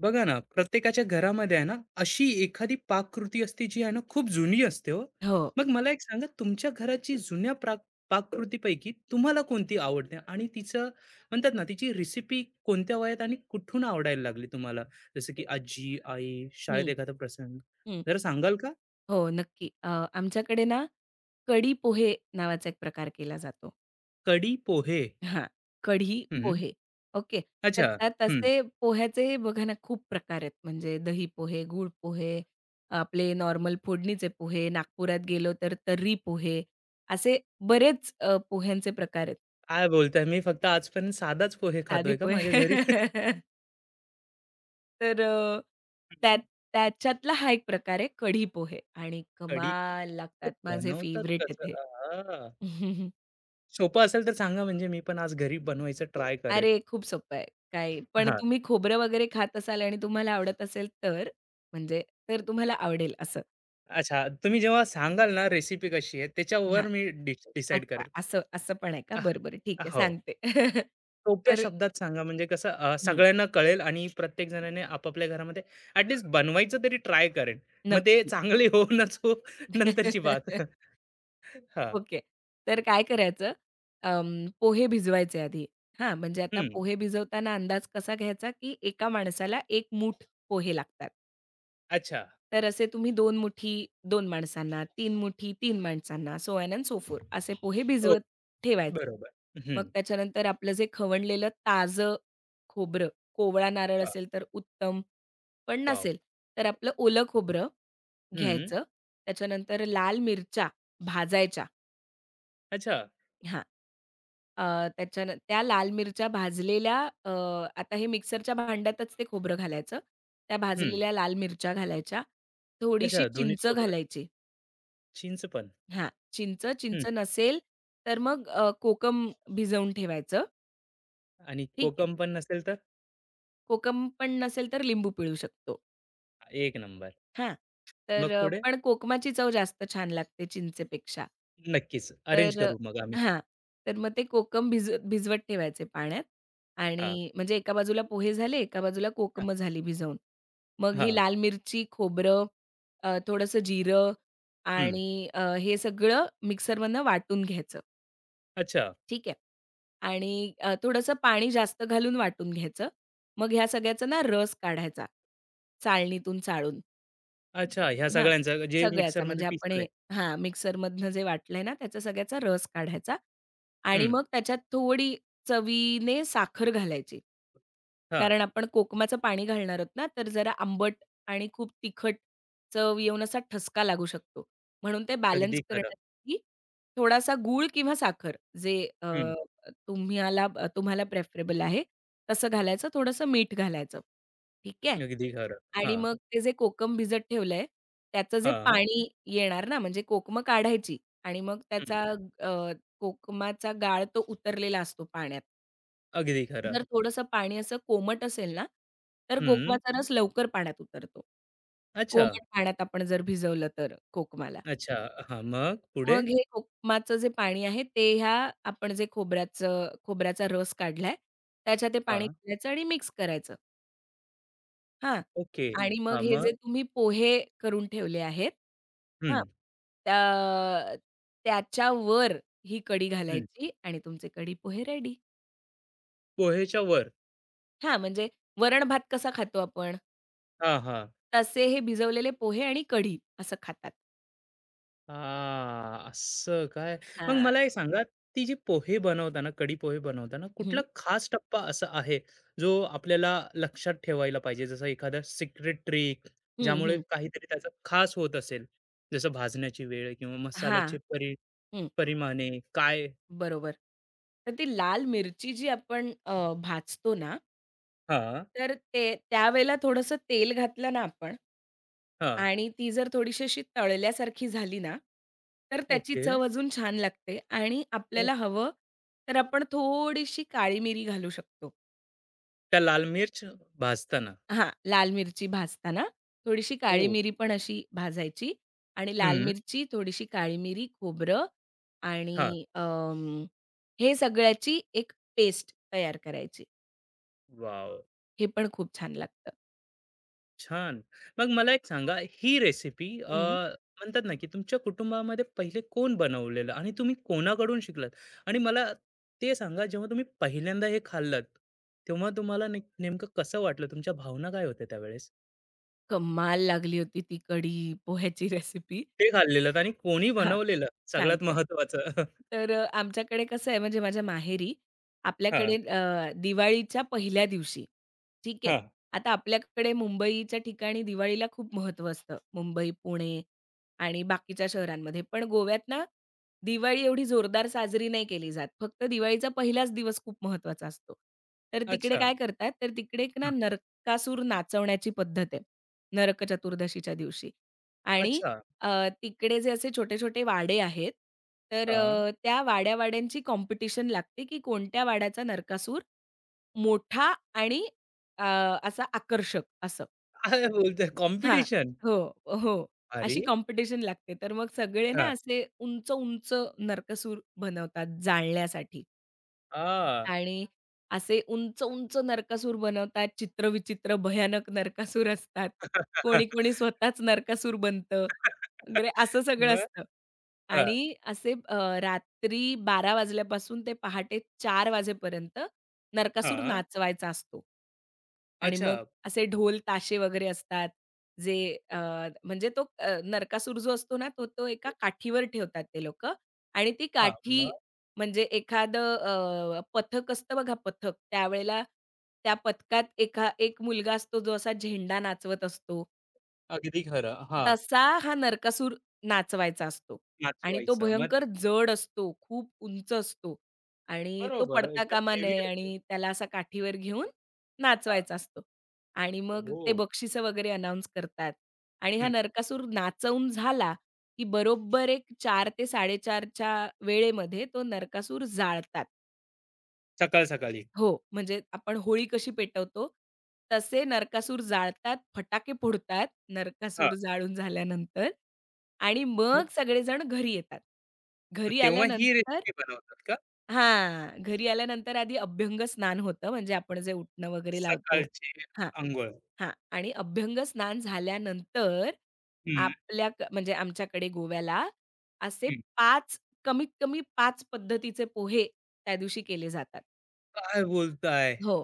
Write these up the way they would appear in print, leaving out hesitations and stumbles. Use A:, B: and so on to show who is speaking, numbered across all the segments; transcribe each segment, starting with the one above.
A: बघा ना, प्रत्येकाच्या घरामध्ये आहे ना, अशी एखादी पाककृती असते जी आहे ना, खूप जुनी असते हो.
B: हो.
A: मग मला एक सांगा तुमच्या घराची जुन्या पाककृतीपैकी तुम्हाला कोणती आवडते? आणि तिचं म्हणतात ना, तिची रेसिपी कोणत्या वयात आणि कुठून आवडायला लागली तुम्हाला? जसं की आजी, आई, शाळेत
B: हं,
A: एखादा प्रसंग?
B: हं.
A: जरा सांगाल का?
B: हो, नक्की. आमच्याकडे ना, कढी पोहे नावाचा एक प्रकार केला जातो.
A: कढी पोहे.
B: हां, कढी
A: हं.
B: पोहे. ओके. तर
A: अच्छा.
B: त्या
A: हं.
B: तसे पोह्याचे बघा ना, खूप प्रकार आहेत. म्हणजे दही पोहे, गूळ पोहे, आपले नॉर्मल फोडणीचे पोहे, नागपुरात गेलो तर तर्री पोहे, असे बरेच पोह्यांचे प्रकार आहेत.
A: काय बोलताय? मी फक्त आजपर्यंत साधाच पोहे
B: साधे
A: खातोय का माझ्या
B: पोहे.
A: घरी?
B: तर त्यात
A: हं.
B: त्याच्यातला हा एक प्रकार आहे कढी पोहे आणि
A: कढी
B: कमाल
A: ते
B: लागतात. माझे
A: बनवतात
B: फेव्हरेट आहेत
A: कसं?
B: हे.
A: आहां! सोपं असेल तर सांगा म्हणजे मी पण आज घरी बनवायचं ट्राय करेन.
B: अरे, खूप सोपं आहे. काय पण
A: हां.
B: तुम्ही खोबरं वगैरे खात असाल आणि तुम्हाला आवडत असेल तर, म्हणजे तर तुम्हाला आवडेल असं.
A: अच्छा, तुम्ही जेव्हा सांगाल ना रेसिपी कशी आहे
B: हां,
A: त्याच्यावर मी डिसाईड
B: अच्छा
A: करेल.
B: असं असं पण आहे का?
A: अ,
B: बरं, बरं ठीक आहे
A: हो.
B: सांगते.
A: सोप्या
B: तर
A: शब्दात सांगा म्हणजे कसं
B: हं,
A: सगळ्यांना कळेल आणि प्रत्येक जणाने आपापल्या घरामध्ये ॲटलीस्ट बनवायचं तरी ट्राय करेल. मग ते
B: नक्की.
A: चांगली हो नाच हो नंतरची बात. हां,
B: ओके. तर काय करायचं, अं, पोहे भिजवायचे आधी. हां, म्हणजे आता
A: हं.
B: पोहे भिजवताना अंदाज कसा घ्यायचा, की एका माणसाला एक मूठ पोहे लागतात.
A: अच्छा.
B: तर असे तुम्ही दोन मुठी दोन माणसांना, तीन मुठी तीन माणसांना, so on and so forth असे पोहे
A: ओ
B: भिजवत ठेवायचे.
A: बरोबर.
B: मग
A: हं.
B: त्याच्यानंतर आपलं जे खवणलेलं ताजं खोबरं, कोवळा नारळ
A: वाह!
B: असेल तर उत्तम, पण
A: वॉव!
B: नसेल तर आपलं ओलं खोबरं
A: हं.
B: घ्यायचं. त्याच्यानंतर लाल मिरच्या भाजायच्या.
A: अच्छा.
B: हां. अ, त्याच्यान त्या लाल मिरच्या भाजलेल्या, अ, आता हे मिक्सरच्या भांड्यातच ते खोबरं घालायचं. त्या
A: हं.
B: भाजलेल्या लाल मिरच्या घालायच्या. थोडीशी
A: अच्छा दोन्ही
B: चिंच
A: सोबत.
B: घालायची.
A: चिंच पण.
B: हां, चिंच,
A: हं.
B: चिंच नसेल तर मग कोकम भिजवून ठेवायचं.
A: आणि
B: ठीक आहे.
A: कोकम पण नसेल तर?
B: कोकम पण नसेल तर लिंबू पिळू शकतो.
A: एक नंबर.
B: हां.
A: मग
B: तर
A: पुढे?
B: पण कोकमाची चव जास्त छान लागते चिंचेपेक्षा.
A: नक्कीच. अरेंज
B: तर
A: करू मग आम्ही.
B: हां. तर मग ते कोकम भिजवत ठेवायचे पाण्यात आणि
A: हां,
B: म्हणजे एका बाजूला पोहे झाले, एका बाजूला
A: हां,
B: कोकमं झाली भिजवून. मग ही
A: हां.
B: लाल मिरची, खोबरं, थोडंसं जिरं
A: हं.
B: आणि हे सगळं मिक्सरमधनं वाटून घ्यायचं.
A: अच्छा,
B: ठीक आहे. आणि थोडंसं पाणी जास्त घालून वाटून घ्यायचं. मग ह्या सगळ्याचा ना रस काढायचा, चाळणीतून चाळून.
A: अच्छा. ह्या
B: हां,
A: सगळ्यांचं जे
B: सगळ्याचा
A: मिक्सरमध्ये
B: म्हणजे आपण
A: पिसलंय.
B: हे हां, मिक्सरमधनं जे वाटलंय ना, त्याचा सगळ्याचा रस काढायचा आणि
A: हं.
B: मग त्याच्यात थोडी चवीने साखर घालायची.
A: हां.
B: कारण आपण कोकमाचं पाणी घालणार आहोत ना, तर जरा आंबट आणि खूप तिखट चव येऊन असा ठसका लागू शकतो. म्हणून ते
A: अगदी
B: बॅलन्स
A: खरं.
B: करण्यासाठी थोडासा गूळ किंवा साखर जे अ,
A: हं.
B: तुम्हाला तुम्हाला प्रेफरेबल आहे, तसं घालायचं, थोडंसं मीठ घालायचं. ठीक आहे.
A: अगदी खरं.
B: आणि
A: हां,
B: मग ते जे कोकम भिजत ठेवलंय, त्याचं जे
A: हां.
B: पाणी येणार ना, म्हणजे कोकमं काढायची आणि मग
A: हं.
B: त्याचा अ, कोकमाचा गाळ तो उतरलेला असतो पाण्यात.
A: अगदी खरं.
B: जर थोडंसं पाणी असं कोमट असेल ना, तर
A: हं.
B: कोकमाचा रस लवकर पाण्यात उतरतो.
A: अच्छा,
B: कोमट पाण्यात आपण जर भिजवलं तर कोकमाला.
A: अच्छा. हां, मग पुढे?
B: मग हे कोकमाचं जे पाणी आहे, ते ह्या आपण जे खोबऱ्याचा रस काढलाय, त्याच्यात ते पाणी
A: हां.
B: घालायचं आणि मिक्स करायचं. हां. हं.
A: ओके.
B: आणि मग
A: हां,
B: हे
A: मग?
B: जे तुम्ही पोहे करून ठेवले आहेत,
A: हं,
B: हां. त्या त्याच्यावर ही कढी हं.
A: हं.
B: घालायची आणि तुमचे कढी पोहे रेडी.
A: पोहेच्या वर.
B: हां, म्हणजे वरण-भात कसा खातो आपण,
A: हां, हां.
B: तसे हे भिजवलेले पोहे आणि कढी असं खातात.
A: हां, असं काय? मग
B: हां.
A: मला एक सांगा, ती जी पोहे बनवताना, कढी पोहे बनवताना कुठला
B: हं.
A: खास टप्पा असा आहे, जो आपल्याला लक्षात ठेवायला पाहिजे? जसं एखादा सिक्रेट ट्रिक,
B: हं,
A: ज्यामुळे
B: हं.
A: काहीतरी त्याचं खास होत असेल, जसं भाजण्याची वेळ किंवा
B: हां.
A: मसाल्याचे परि
B: हं.
A: परिमाणे काय
B: बरोबर. तर ती लाल मिरची जी आपण भाजतो ना,
A: हां,
B: तर ते त्यावेळेला थोडंसं तेल घातलं ना आपण
A: हां.
B: आणि ती जर थोडीशी अशी तळल्यासारखी झाली ना, तर त्याची
A: ओके.
B: चव अजून छान लागते आणि
A: ओ,
B: आपल्याला हवं तर आपण थोडीशी काळी मिरी घालू शकतो.
A: त्या लाल मिर्च भाजताना.
B: हां, लाल मिरची भाजताना थोडीशी काळी
A: ओ.
B: मिरी पण अशी भाजायची आणि लाल
A: हं.
B: मिरची, थोडीशी काळी मिरी, खोबरं
A: हां.
B: आणि हे सगळ्याची एक पेस्ट तयार करायची.
A: वॉव!
B: हे पण खूप छान लागतं.
A: छान. मग मला एक सांगा, ही रेसिपी
B: हं.
A: म्हणतात ना, की तुमच्या कुटुंबामध्ये पहिले कोण बनवलेलं आणि तुम्ही कोणाकडून शिकलात? आणि मला ते सांगा, जेव्हा तुम्ही पहिल्यांदा हे खाल्लत, तेव्हा तुम्हाला नेमकं कसं वाटलं? तुमच्या भावना काय होत्या त्यावेळेस?
B: कमाल लागली होती ती कढी पोह्याची रेसिपी.
A: ते खाल्लेलं आणि कोणी
B: हां,
A: बनवलेलं सगळ्यात
B: सांगते.
A: महत्त्वाचं.
B: तर आमच्याकडे कसं आहे म्हणजे माझ्या माहेरी
A: हां,
B: आपल्याकडे दिवाळीच्या पहिल्या दिवशी, ठीक आहे.
A: हां.
B: आता आपल्याकडे मुंबईच्या ठिकाणी दिवाळीला खूप महत्त्व असतं. मुंबई, पुणे आणि बाकीच्या शहरांमध्ये. पण गोव्यात ना दिवाळी एवढी जोरदार साजरी नाही केली जात. फक्त दिवाळीचा पहिलाच दिवस खूप महत्त्वाचा असतो. तर तिकडे
A: अच्छा.
B: काय करतात, तर तिकडे एक ना
A: हां.
B: नरकासूर नाचवण्याची पद्धत आहे. नरक चतुर्दशीच्या दिवशी आणि
A: अच्छा.
B: तिकडे जे असे छोटे-छोटे वाडे आहेत, तर
A: हां.
B: त्या वाड्या-वाड्यांची कॉम्पिटिशन लागते, की कोणत्या वाड्याचा नरकासूर मोठा आणि अ, असा आकर्षक असं.
A: काय बोलताय?
B: हां.
A: कॉम्पिटिशन?
B: हो, हो.
A: अरे!
B: अशी कॉम्पिटिशन लागते. तर मग सगळे ना
A: हां.
B: असे उंच-उंच नरकासूर बनवतात जाळण्यासाठी.
A: आ.
B: आणि असे उंच, उंच नरकासूर बनवतात, चित्रविचित्र भयानक नरकासूर असतात. कोणी, कोणी स्वतःच नरकासूर बनतं वगैरे असं सगळं
A: मग?
B: असतं.
A: हां.
B: आणि असे रात्री 12:00 वाजल्यापासून ते पहाटे 4:00 वाजेपर्यंत नरकासूर
A: हां.
B: नाचवायचा असतो. आणि
A: अच्छा.
B: मग असे ढोल, ताशे वगैरे असतात, जे अ, म्हणजे नरकासूर जो असतो ना, तो तो एका काठीवर ठेवतात ते लोकं आणि ती
A: हां.
B: काठी
A: मग?
B: म्हणजे एखादं पथक असतं बघा पथक. त्यावेळेला त्या पथकात एक मुलगा असतो जो असा झेंडा नाचवत असतो.
A: अगदी खरं. हां.
B: तसा हा नरकासूर नाचवायचा असतो आणि तो
A: नाचवायचा. मग
B: भयंकर जड असतो, खूप उंच असतो आणि तो
A: बरोबर.
B: पडता
A: एकदम
B: कामा
A: हेवी
B: नये
A: असेल.
B: आणि त्याला असा काठीवर घेऊन
A: हां.
B: नाचवायचा असतो आणि
A: हो,
B: मग ते
A: हो.
B: बक्षिसं वगैरे अनाउन्स करतात आणि हा
A: हं.
B: नरकासूर नाचवून झाला, की बरोबर एक 4 ते 4:30च्या वेळेमध्ये तो नरकासूर जाळतात.
A: सकाळ-सकाळी.
B: हो, म्हणजे आपण होळी कशी पेटवतो, तसे नरकासूर जाळतात, फटाके फोडतात,
A: हां.
B: नरकासूर जाळून झाल्यानंतर आणि
A: मग
B: मग सगळेजण घरी येतात.
A: मग
B: घरी
A: तेव्हा ही
B: आल्यानंतर
A: रेसिपी बनवतात का?
B: हां, घरी आल्यानंतर आधी अभ्यंग स्नान होतं, म्हणजे आपण जे उटणं वगैरे लावतो.
A: सकाळची
B: हां,
A: अंघोळ.
B: हां आणि अभ्यंग स्नान झाल्यानंतर
A: हं,
B: म्हणजे आमच्याकडे गोव्याला असे
A: हं.
B: 5 कमीत कमी 5 पद्धतीचे पोहे त्यादिवशी केले जातात.
A: काय बोलताय?
B: हो.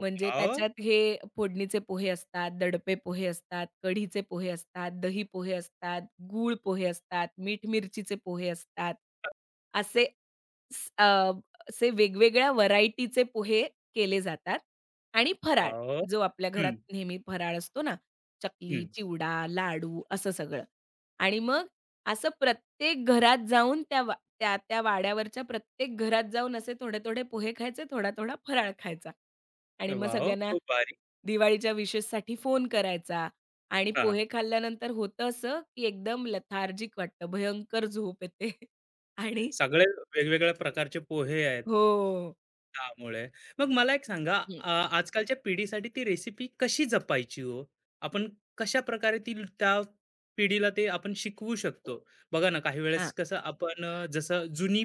B: म्हणजे त्याच्यात हे फोडणीचे पोहे असतात, दडपे पोहे असतात, कढीचे पोहे असतात, दही पोहे असतात, गूळ पोहे असतात, मीठ मिरचीचे पोहे असतात. असे स अ, असे वेगवेगळ्या व्हरायटीचे पोहे केले जातात आणि फराळ,
A: वाव,
B: जो आपल्या
A: हं,
B: घरात नेहमी फराळ असतो ना, चकली,
A: हं.
B: चिवडा, लाडू असं सगळं. आणि मग असं प्रत्येक घरात जाऊन त्या वा त्या त्या वाड्यावरच्या प्रत्येक घरात जाऊन असे थोडे-थोडे पोहे खायचे, थोडा-थोडा फराळ खायचा. आणि मग
A: वॉव!
B: सगळ्यांना
A: खूप भारी.
B: दिवाळीच्या विशेससाठी फोन करायचा आणि
A: हां.
B: पोहे खाल्ल्यानंतर होतं असं, की एकदम लेथार्जिक वाटतं, भयंकर झोप येते. आणि
A: सगळे वेगवेगळ्या प्रकारचे पोहे आहेत.
B: हो.
A: त्यामुळे. मग मला एक सांगा
B: हं,
A: आजकालच्या पिढीसाठी ती रेसिपी कशी जपायची हो? आपण कशा प्रकारे ती त्या पिढीला ते आपण शिकवू शकतो? बघा ना, काही
B: हां,
A: वेळेस कसं आपण जसं जुनी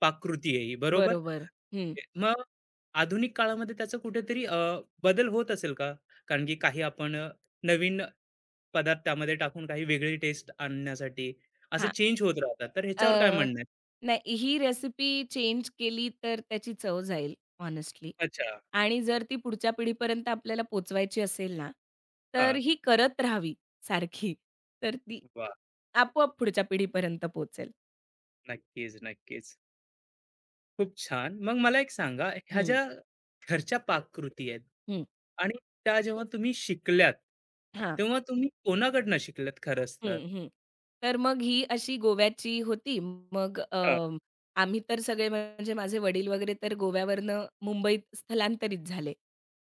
A: पाककृती आहे ही, बरोबर?
B: बरोबर. हं.
A: मग आधुनिक काळामध्ये त्याचा कुठेतरी बदल होत असेल का? कारण की काही आपण नवीन पदार्थ त्यामध्ये टाकून काही वेगळी टेस्ट आणण्यासाठी असं
B: हां,
A: चेंज होत राहतात. तर ह्याच्यावर काय
B: अ,
A: म्हणणं आहे?
B: नाही ही रेसिपी चेंज केली तर त्याची चव जाईल हॉनेस्टली
A: अच्छा.
B: आणि जर ती पुढच्या पिढीपर्यंत आपल्याला पोहोचवायची असेल ना, तर
A: हां.
B: ही करत राहावी सारखी. तर ती
A: वाह!
B: आपोआप पुढच्या पिढीपर्यंत पोहोचेल.
A: नक्कीच, नक्कीच. खूप छान. मग मला एक सांगा, ह्या
B: हं,
A: ज्या घरच्या पाककृती आहेत
B: हं.
A: आणि त्या जेव्हा तुम्ही शिकल्यात,
B: हां.
A: तेव्हा तुम्ही कोणाकडनं शिकल्यात खरंच तर?
B: हं, हं. तर मग ही अशी गोव्याची होती. मग
A: हां.
B: आम्ही तर सगळे म्हणजे माझे वडील वगैरे तर गोव्यावरनं मुंबईत स्थलांतरित झाले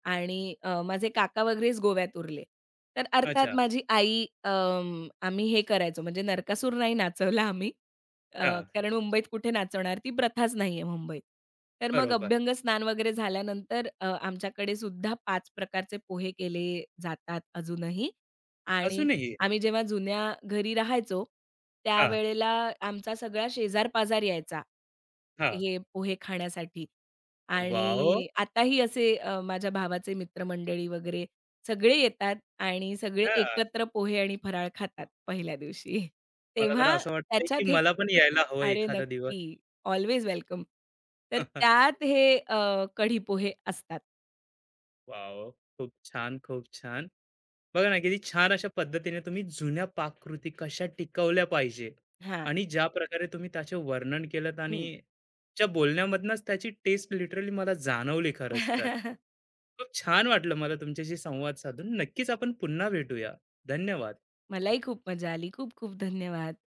B: आणि माझे काका वगैरेच गोव्यात उरले. तर अर्थात
A: अच्छा.
B: माझी आई आम्ही हे करायचो म्हणजे नरकासूर नाही नाचवला आम्ही. अ,
A: हां.
B: कारण मुंबईत कुठे नाचवणार, ती प्रथाच नाहीये मुंबईत. तर मग
A: बरोबर.
B: अभ्यंग स्नान वगैरे झाल्यानंतर आमच्याकडे सुद्धा 5 प्रकारचे पोहे केले जातात अजूनही आणि
A: अजूनही?
B: आम्ही जेव्हा जुन्या घरी राहायचो,
A: हां,
B: त्यावेळेला आमचा सगळा शेजार-पाजार यायचा,
A: हां.
B: हे पोहे खाण्यासाठी
A: वॉव!
B: आणि आताही असे माझ्या भावाचे मित्रमंडळी वगैरे सगळे येतात आणि सगळे
A: हां.
B: एकत्र पोहे आणि फराळ खातात पहिल्या दिवशी.
A: मला तर
B: तेव्हा
A: असं वाटतंय, की
B: त्याच्यात हे
A: मला पण यायला हवं
B: अरे
A: एखादा दिवस.
B: नक्की, अल्वेज वेलकम. तर त्यात हे कढी पोहे असतात.
A: वॉव! खूप छान, खूप छान. बघा ना, किती छान अशा पद्धतीने तुम्ही जुन्या पाककृती कशा टिकवल्या पाहिजे
B: हां.
A: आणि ज्या प्रकारे तुम्ही त्याचे वर्णन केलं आणि
B: हं.
A: त्या बोलण्यामधनंच त्याची टेस्ट लिटरली मला जाणवली खरंच तर. खूप छान वाटलं मला तुमच्याशी संवाद साधून. नक्कीच आपण पुन्हा भेटूया. धन्यवाद.
B: मलाही खूप मजा आली. खूप खूप धन्यवाद.